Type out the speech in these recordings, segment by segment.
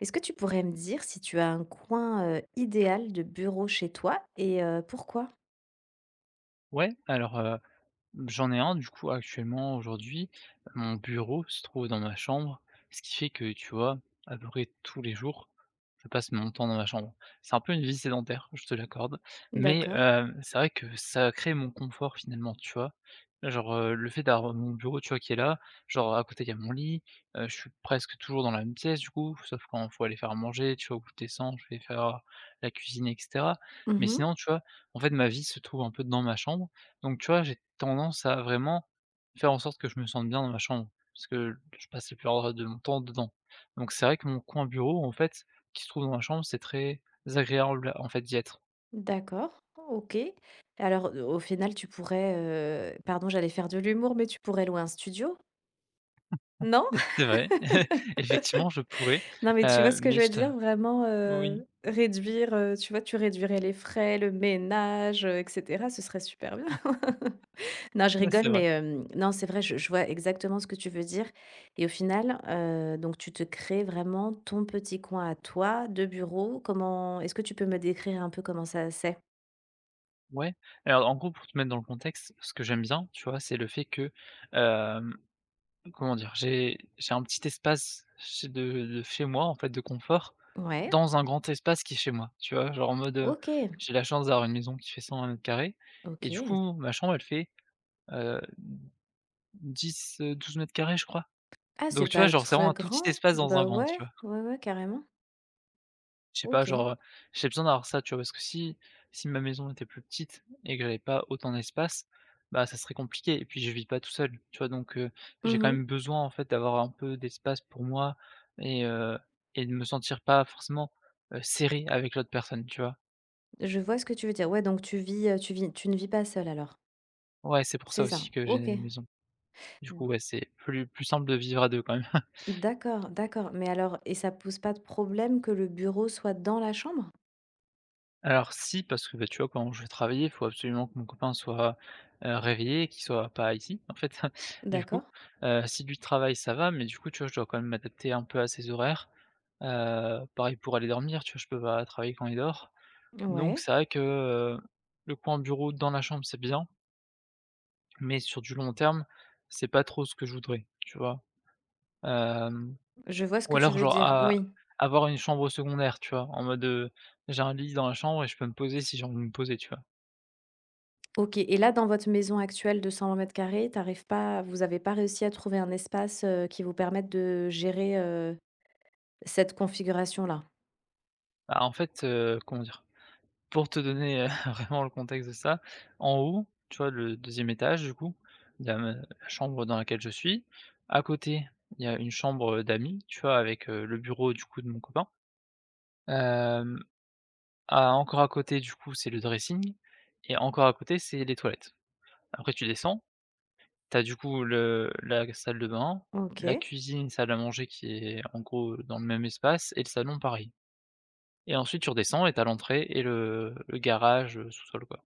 Est-ce que tu pourrais me dire si tu as un coin, idéal de bureau chez toi et pourquoi? Ouais, alors, heu, j'en ai un du coup actuellement aujourd'hui. Mon bureau se trouve dans ma chambre, ce qui fait que, tu vois, à peu près tous les jours, je passe mon temps dans ma chambre. C'est un peu une vie sédentaire, je te l'accorde, mais, D'accord. C'est vrai que ça crée mon confort finalement, tu vois? Genre, le fait d'avoir mon bureau, tu vois, qui est là, genre à côté il y a mon lit, je suis presque toujours dans la même pièce du coup, sauf quand il faut aller faire manger, tu vois, où je descends, je vais faire la cuisine et cetera. Mais Mmh. sinon, tu vois, en fait, ma vie se trouve un peu dans ma chambre, donc tu vois, j'ai tendance à vraiment faire en sorte que je me sente bien dans ma chambre, parce que je passe la plupart de mon temps dedans. Donc c'est vrai que mon coin bureau, en fait, qui se trouve dans ma chambre, c'est très agréable, en fait, d'y être. D'accord. OK. Alors, au final, tu pourrais, pardon, j'allais faire de l'humour, mais tu pourrais louer un studio? Non? C'est vrai. Effectivement, je pourrais, Non, mais tu vois ce que mais je je veux dire? t'a Vraiment, oui, réduire, tu vois, tu réduirais les frais, le ménage, et cetera, ce serait super bien. Non, je c'est rigole, vrai. mais non, c'est vrai, je vois exactement ce que tu veux dire et au final, donc tu te crées vraiment ton petit coin à toi de bureau. Comment est-ce que tu peux me décrire un peu comment ça c'est? Ouais, alors en gros, pour te mettre dans le contexte, ce que j'aime bien, tu vois, c'est le fait que, hem Comment dire? J'ai un petit espace chez de chez moi, en fait, de confort, Ouais, dans un grand espace qui est chez moi, tu vois? Genre en mode, OK, j'ai la chance d'avoir une maison qui fait 120 carrés et du OK. coup, ma chambre, elle fait, heu, 10, mètres carrés je crois. Ah, c'est Donc tu vois, pas genre, c'est vraiment très un tout petit grand? espace dans un Bah, grand, ouais, tu vois? ouais, ouais, carrément. Je sais pas, OK. genre, j'ai besoin d'avoir ça, tu vois? Parce que si ma maison était plus petite et que j'avais pas autant d'espace, bah, ça serait compliqué et puis je vis pas tout seul, tu vois? Donc j'ai quand Mmh. même besoin, en fait, d'avoir un peu d'espace pour moi et heu et de me sentir pas forcément, serré avec l'autre personne, tu vois? Je vois ce que tu veux dire. Ouais, donc tu vis, tu ne vis pas seule alors? Ouais, c'est pour ça C'est aussi ça? que j'ai OK. une maison. Du D coup, ouais, c'est plus simple de vivre à 2 quand même. d'accord, d'accord, mais alors et ça pose pas de problème que le bureau soit dans la chambre? Alors si, parce que, bah, tu vois, quand je vais travailler, il faut absolument que mon copain soit, réveillé, qu'il soit pas ici, en fait, du coup. D'accord. Si du travail ça va, mais du coup, tu vois, je dois quand même m'adapter un peu à ses horaires. Pareil pour aller dormir, tu vois, je peux pas travailler quand il dort. Donc Ouais. c'est vrai que, le coin bureau dans la chambre, c'est bien, mais sur du long terme, c'est pas trop ce que je voudrais, tu vois? Hem, Je vois ce ou que tu alors veux genre dire, a oui. avoir une chambre secondaire, tu vois? En mode, j'ai un lit dans la chambre et je peux me poser si j'ai envie de me poser, tu vois? OK et là, dans votre maison actuelle de 120 m², tu arrives pas vous n'avez pas réussi à trouver un espace, qui vous permette de gérer, cette configuration-là? Bah, en fait, comment dire? Pour te donner, vraiment le contexte de ça, en haut, tu vois, le deuxième étage, du coup, il y a ma la chambre dans laquelle je suis. À côté, il y a une chambre, d'amis, tu vois, avec, le bureau, du coup, de mon copain. Hem, à encore à côté, du coup, c'est le dressing et encore à côté, c'est les toilettes. Après tu descends, tu as, du coup, le la salle de bain, la OK, cuisine, salle à manger qui est, en gros, dans le même espace et le salon pareil. Et ensuite tu redescends et tu l'entrée et le garage, sous-sol quoi.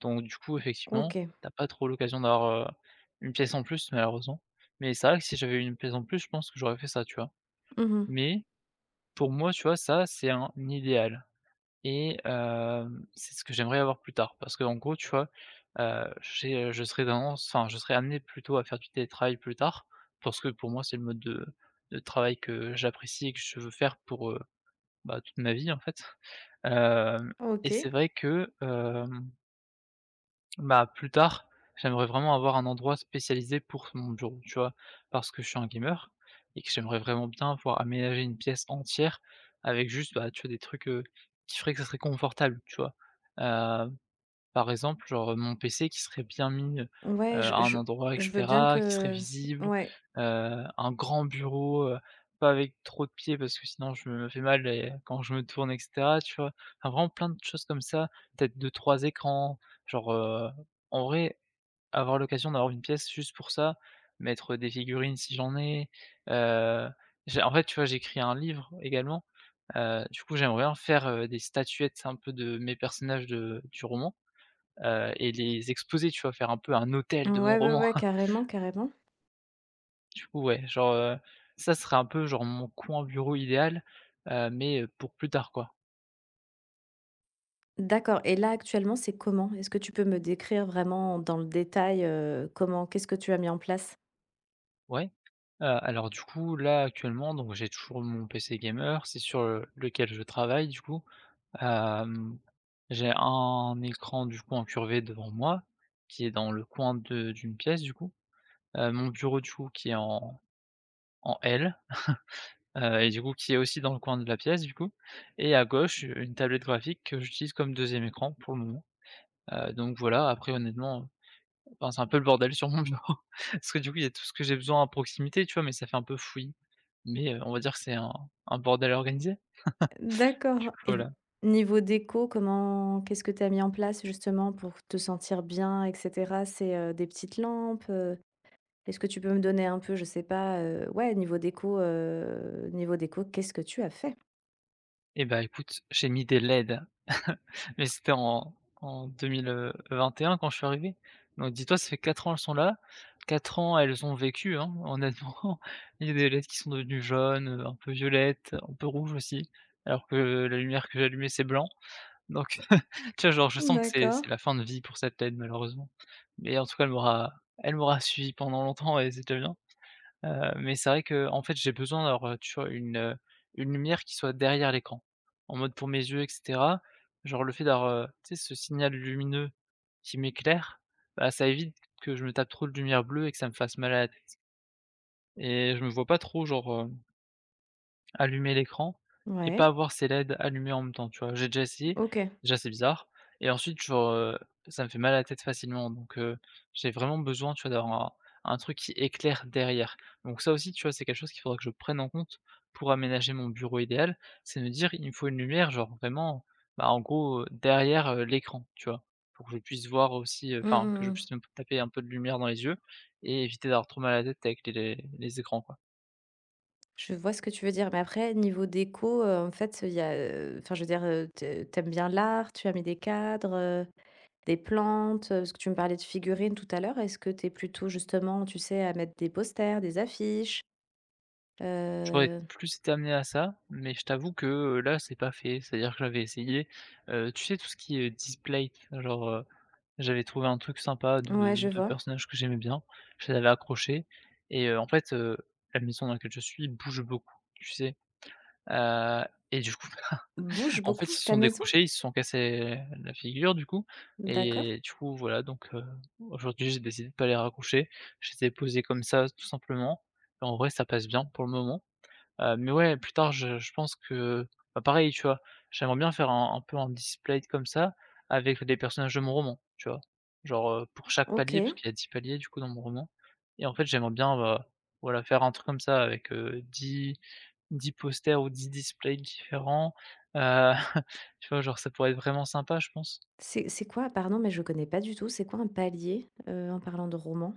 Donc du coup effectivement, OK. t'as pas trop l'occasion d'avoir, heu, une pièce en plus malheureusement. Mais c'est vrai que si j'avais eu une pièce en plus, je pense que j'aurais fait ça, tu vois? Mmh. Mais pour moi, tu vois, ça c'est un idéal et c'est ce que j'aimerais avoir plus tard. Parce que en gros, tu vois, je serais tendance enfin je serais amené plutôt à faire du télétravail plus tard, parce que pour moi c'est le mode de travail que j'apprécie et que je veux faire pour, bah, toute ma vie en fait, hem et OK. c'est vrai que, bah, plus tard, j'aimerais vraiment avoir un endroit spécialisé pour mon bureau, tu vois? Parce que je suis un gamer et que j'aimerais vraiment bien pouvoir aménager une pièce entière avec juste, bah, tu vois, des trucs, qui ferait que ça serait confortable, tu vois? Heu par exemple, genre, mon PC qui serait bien mis, Ouais, à un endroit et je veux bien cetera, qui serait que visible, ouais. Un grand bureau, pas avec trop de pieds parce que sinon je me fais mal et quand je me tourne et cetera, tu vois? Enfin, vraiment plein de choses comme ça, peut-être deux trois écrans, genre, en vrai, avoir l'occasion d'avoir une pièce juste pour ça, mettre des figurines si j'en ai, heu, j'ai en fait, tu vois, j'écris un livre également, du coup, j'aimerais bien faire, des statuettes un peu de mes personnages de du roman et les exposer, tu vois? Faire un peu un hôtel de mon Ouais, ouais, roman. ouais, carrément, carrément. Du coup, ouais, genre, ça serait un peu genre mon coin bureau idéal, mais pour plus tard, quoi. D'accord et là, actuellement, c'est comment? Est-ce que tu peux me décrire vraiment dans le détail, comment qu'est-ce que tu as mis en place? Ouais. Alors du coup, là, actuellement, donc j'ai toujours mon PC gamer, c'est sur, lequel je travaille du coup. Hem, j'ai un écran du coup incurvé devant moi, qui est dans le coin de d'une pièce du coup. Mon bureau du coup qui est en L. Et du coup qui est aussi dans le coin de la pièce du coup et à gauche, une tablette graphique que j'utilise comme deuxième écran pour le moment. Donc voilà, après honnêtement, enfin c'est un peu le bordel sur mon bureau parce que du coup, il y a tout ce que j'ai besoin à proximité, tu vois? Mais ça fait un peu fouillis. Mais, on va dire que c'est un bordel organisé, D'accord et voilà. niveau déco, comment qu'est-ce que tu as mis en place justement pour te sentir bien et cetera? C'est, des petites lampes, Est-ce que tu peux me donner un peu, je sais pas, ouais, niveau déco, qu'est-ce que tu as fait? Eh ben écoute, j'ai mis des LED, mais c'était en 2021 quand je suis arrivé. Donc dis-toi, ça fait 4 ans, elles sont là. 4 ans, elles ont vécu, hein, honnêtement. Il y a des LED qui sont devenues jaunes, un peu violettes, un peu rouges aussi, alors que la lumière que j'allumais, c'est blanc. Donc tu vois, genre, je sens que c'est D'accord. la fin de vie pour cette LED, malheureusement. Mais en tout cas, elle m'aura suivi pendant longtemps et c'est déjà bien. Mais c'est vrai que en fait, j'ai besoin d'avoir, une lumière qui soit derrière l'écran. En mode pour mes yeux et cetera, genre, le fait d'avoir, tu sais, ce signal lumineux qui m'éclaire, bah, ça évite que je me tape trop de lumière bleue et que ça me fasse malade et je me vois pas trop, allumer l'écran et pas Ouais, avoir ses LED allumées en même temps, tu vois? J'ai déjà essayé, OK. déjà c'est bizarre et ensuite genre, ça me fait mal à la tête facilement donc j'ai vraiment besoin, tu vois, d'avoir un truc qui éclaire derrière. Donc ça aussi, tu vois, c'est quelque chose qu'il faudra que je prenne en compte pour aménager mon bureau idéal, c'est me dire: «Il me faut une lumière, genre vraiment, bah, en gros, derrière, l'écran», tu vois? Pour que je puisse voir aussi, Mmh que je mh, mmh. puisse me taper un peu de lumière dans les yeux et éviter d'avoir trop mal à la tête avec les écrans, quoi. Je vois ce que tu veux dire, mais après niveau déco, en fait, il y a, enfin, je veux dire, tu tu bien l'art, tu as mis des cadres, des plantes, parce que tu me parlais de figurines tout à l'heure. Est-ce que tu es plutôt justement, tu sais, à mettre des posters, des affiches? J'aurais Heu, plus été amené à ça, mais je t'avoue que, là, c'est pas fait. C'est-à-dire que j'avais essayé, tu sais, tout ce qui est, display, genre, j'avais trouvé un truc sympa ouais, de je de vois. personnages que j'aimais bien, je les avais accrochés et en fait, la maison dans laquelle je suis bouge beaucoup, tu sais? Heu et du coup, Bouge en fait, ils beaucoup se ta sont maison? décrochés, ils se sont cassés la figure, du coup D'accord, et du coup, voilà, donc aujourd'hui, j'ai décidé de pas les raccrocher. Je les ai posés comme ça, tout simplement, en vrai, ça passe bien pour le moment. Mais ouais, plus tard, je pense que bah, pareil, tu vois? J'aimerais bien faire un peu un display comme ça, avec des personnages de mon roman, tu vois? Genre, pour chaque palier, parce OK. qu'il y a 10 paliers du coup dans mon roman et en fait, j'aimerais bien, bah, voilà, faire un truc comme ça avec, dix 10 posters ou 10 displays différents, heu, tu vois? Genre, ça pourrait être vraiment sympa, je pense. C'est quoi? Pardon, mais je connais pas du tout. C'est quoi un palier, en parlant de roman?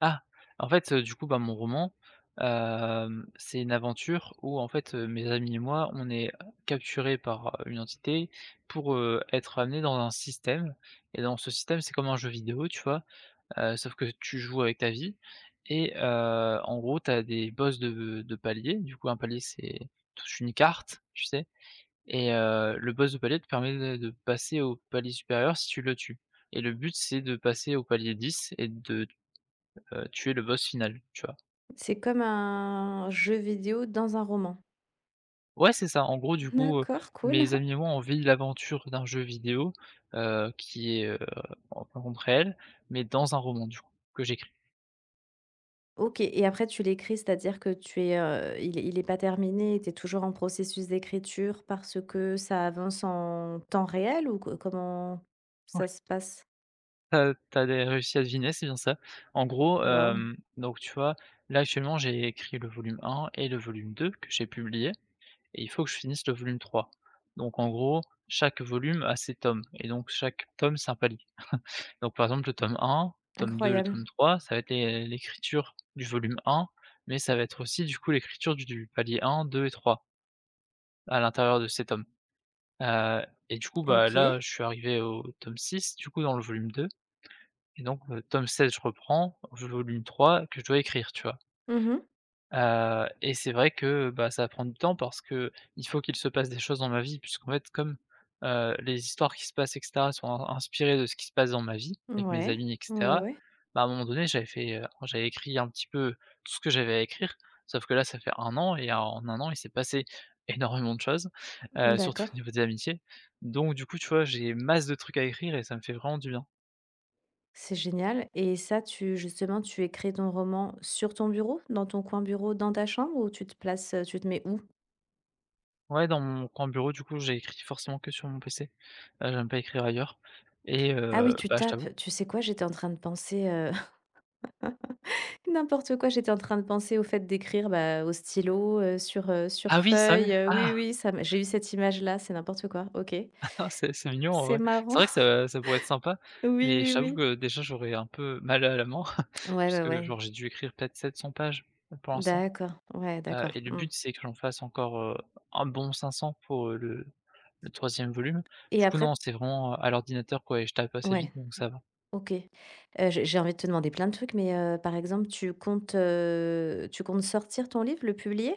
Ah! En fait, du coup, bah, mon roman, c'est une aventure où en fait, mes amis et moi, on est capturés par, une entité pour, être amenés dans un système et dans ce système, c'est comme un jeu vidéo, tu vois? Sauf que tu joues avec ta vie et en gros, tu as des boss de paliers. Du coup, un palier, c'est touche une carte, tu sais? Et le boss de palier te permet de passer au palier supérieur si tu le tues et le but, c'est de passer au palier 10 et de tuer le boss final, tu vois? C'est comme un jeu vidéo dans un roman. Ouais, c'est ça. En gros, du coup, D'accord, cool. mes amis et moi, on vit l'aventure d'un jeu vidéo, qui est, en monde réel, mais dans un roman, du coup, que j'écris. OK et après tu l'écris, c'est-à-dire que tu es, il est pas terminé, tu es toujours en processus d'écriture parce que ça avance en temps réel ou co comment Ouais, ça se passe? tu réussi à deviner, c'est bien ça. En gros, Waouh, donc tu vois, là, actuellement, j'ai écrit le volume un et le volume 2 que j'ai publié et il faut que je finisse le volume 3. Donc en gros, chaque volume a ses tomes et donc chaque tome, c'est un palier. Donc par exemple, le tome 1, tome 2, le incroyable. tome 3, ça va être l'écriture du volume 1, mais ça va être aussi du coup l'écriture du palier 1, 2 et 3 à l'intérieur de ces tomes. Heu et du coup, bah, OK. là, je suis arrivé au tome 6, du coup dans le volume 2 et donc, tome 7 je reprends, volume 3 que je dois écrire, tu vois? Mmh. Et c'est vrai que, bah, ça prend du temps parce que il faut qu'il se passe des choses dans ma vie puisqu'en fait comme, les histoires qui se passent et cetera sont in inspirées de ce qui se passe dans ma vie, avec mes Ouais. amis et Ouais, ouais, cetera, ouais. bah, à un moment donné j'avais écrit un petit peu tout ce que j'avais à écrire, sauf que là ça fait un an et en un an il s'est passé énormément de choses, surtout au D'accord. niveau des amitiés. Donc du coup, tu vois, j'ai masse de trucs à écrire et ça me fait vraiment du bien. C'est génial et ça tu justement, tu écris ton roman sur ton bureau? Dans ton coin bureau, dans ta chambre ou tu te places, tu te mets où? Ouais, dans mon coin bureau, du coup, j'écris forcément que sur mon PC. J'aime pas écrire ailleurs et Ah oui, tu bah, je t'avoue tapes. Tu sais quoi? J'étais en train de penser. N'importe quoi, j'étais en train de penser au fait d'écrire, bah, au stylo, sur, sur ah oui, sérieux? feuille, oui, Ah! oui, ça me j'ai eu cette image-là, c'est n'importe quoi, OK. Ah, c'est mignon en C'est vrai. C'est marrant. vrai que ça pourrait être sympa, Oui, mais je oui, t'avoue oui. que déjà, j'aurais un peu mal à la main Ouais, ouais, puisque ouais. genre j'ai dû écrire peut-être 700 pages pour l'instant, D'accord, ouais, et d'accord, le mmh but, c'est que j'en fasse encore, un bon 500 pour, le 3 volume. et Du coup, après non, c'est vraiment à l'ordinateur quoi et je tape assez vite ouais, donc ça va. OK. J'ai envie de te demander plein de trucs, mais par exemple, tu comptes sortir ton livre, le publier?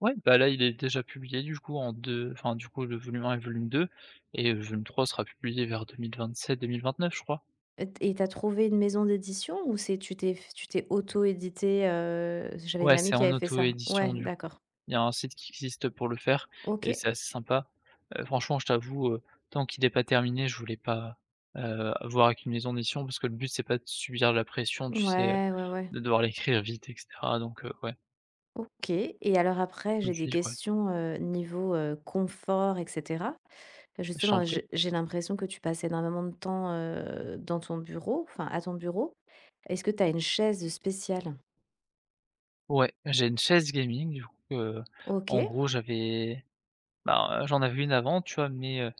Ouais, bah, là, il est déjà publié du coup en 2, enfin, du coup, le volume un et le volume 2 et le volume 3 sera publié vers 2027-2029, je crois. Et t et tu trouvé une maison d'édition ou c'est tu t'es auto édité. J'avais une Ouais, amie c'est qui en avait fait ça? auto-édition Ouais, du coup. d'accord. Il y a un site qui existe pour le faire et OK. c'est assez sympa. Franchement, je t'avoue, tant qu'il est pas terminé, je voulais pas, voir avec une maison d'édition parce que le but, c'est pas de subir la pression, tu sais, Ouais, ouais, ouais. de devoir l'écrire vite et cetera donc ouais, OK et alors après, je me j'ai des suis dit que ouais, questions, niveau, confort et cetera. je t'en Justement, prie. j'ai l'impression que tu passes énormément de temps, dans ton bureau, enfin à ton bureau. Est-ce que tu as une chaise spéciale? Ouais, j'ai une chaise gaming du coup, en OK. gros, j'avais bah, j'en avais une avant, tu vois? Mais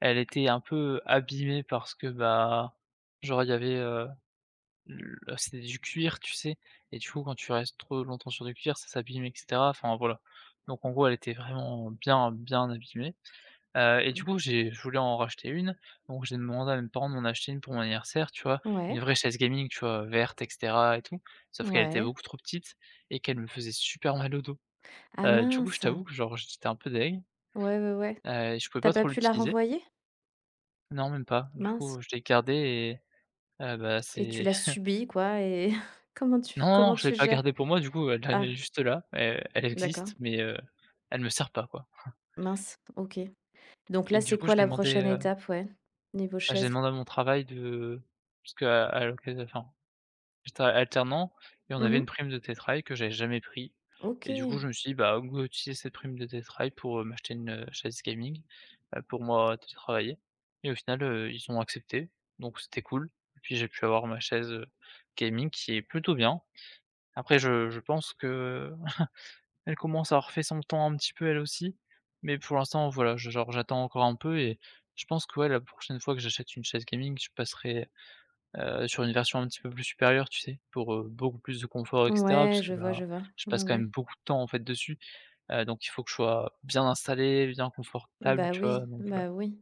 elle était un peu abîmée parce que, bah, genre, il y avait, l c'était du cuir, tu sais? Et du coup, quand tu restes trop longtemps sur du cuir, ça s'abîme et cetera. Enfin, voilà. Donc en gros, elle était vraiment bien, bien abîmée, et du Mmh. coup, j'ai je voulais en racheter une, donc j'ai demandé à mes parents de m'en acheter une pour mon anniversaire, tu vois? Une Ouais, vraie chaise gaming, tu vois? Verte et cetera et tout, sauf qu'elle était ouais. beaucoup trop petite et qu'elle me faisait super mal au dos. Ah Du coup, je mince! t'avoue que, genre, j'étais un peu deg, Ouais, ouais, ouais. Et je pouvais T'as pas pas trop pu la l'utiliser. renvoyer? Non, même pas. Du Mince coup, je l'ai gardée. Bah, et tu c'est l'as subie quoi et non, non, non, comment je l'ai tu pas gères? gardée pour moi, du coup, elle elle Ah est juste là, elle elle d'accord. existe, mais elle me sert pas, quoi. Mince, OK. Donc Et là, du c'est coup, quoi j'ai la demandé, prochaine étape? Ouais, niveau bah, j'ai chaise? demandé à mon travail de parce qu'à à l'occasion enfin, j'étais alternant et on avait une Mmh. prime de télétravail que j'avais jamais pris et du coup, OK. je me suis dit: «Bah, on va utiliser cette prime de télétravail pour, m'acheter une, chaise gaming, pour moi télétravailler» et au final, ils ont accepté, donc c'était cool et puis j'ai pu avoir ma chaise, gaming qui est plutôt bien. Après je pense que elle commence à avoir fait son temps un petit peu elle aussi, mais pour l'instant, voilà, je genre j'attends encore un peu et je pense que ouais, la prochaine fois que j'achète une chaise gaming, je passerai, sur une version un petit peu plus supérieure, tu sais? Pour, beaucoup plus de confort et cetera. Ouais, Parce que je vois, bah, je vois. je passe Ouais, quand ouais. même beaucoup de temps, en fait, dessus, donc il faut que je sois bien installé, bien confortable, Bah tu vois? oui, Donc voilà. bah oui.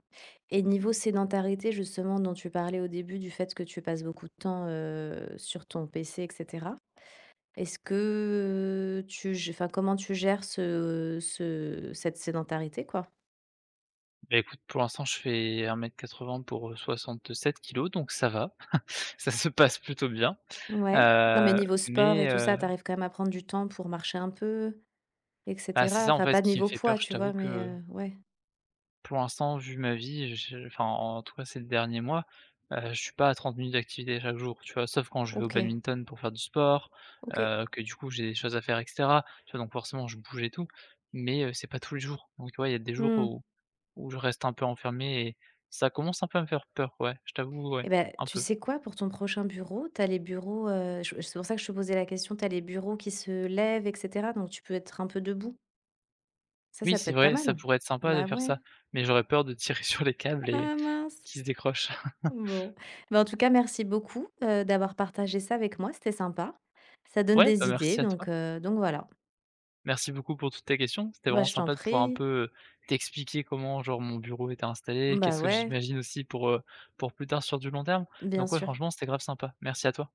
Et niveau sédentarité, justement, dont tu parlais au début, du fait que tu passes beaucoup de temps sur ton PC, etc. Est-ce que tu enfin, comment tu gères cette sédentarité, quoi? Bah, écoute, pour l'instant, je fais 1 m 80 pour, 67 kilos donc ça va. Ça se passe plutôt bien, Ouais. Non, mais heu, niveau sport mais et tout heu, ça, t'arrives quand même à prendre du temps pour marcher un peu, bah, c'est etc. ça, en Enfin, fait, pas qui me niveau fait peur. poids, Je tu t'avoue vois, mais que ouais. pour l'instant, vu ma vie, je enfin, en tout cas ces derniers mois, je suis pas à 30 minutes d'activité chaque jour, tu vois? Sauf quand je vais au Ok, badminton pour faire du sport, ok. Que du coup j'ai des choses à faire et cetera. Tu vois? Donc forcément je bouge et tout, mais c'est pas tous les jours. Donc ouais, il y a des jours où Hmm. où je reste un peu enfermé et ça commence un peu à me faire peur, ouais, je t'avoue, ouais, Eh ben, un tu peu. sais quoi? Pour ton prochain bureau, tu as les bureaux, je c'est pour ça que je te posais la question, tu as les bureaux qui se lèvent et cetera, donc tu peux être un peu debout. Ça, Oui, ça peut c'est être pas vrai, ça mal. pourrait être sympa de Bah, faire ouais. ça, mais j'aurais peur de tirer sur les câbles et Ah mince! qu'ils se décrochent. Bon. Bah, en tout cas, merci beaucoup, d'avoir partagé ça avec moi, c'était sympa. Ça donne Ouais, bah, des idées merci à toi. Donc voilà. Merci beaucoup pour toutes tes questions. C'était Bah, vraiment je t'en sympa de pouvoir un peu, prie. T'expliquer comment genre mon bureau était installé, Bah, qu'est-ce que ouais, j'imagine aussi pour plus tard sur du long terme. bien Donc ouais, sûr. franchement, c'était grave sympa. Merci à toi.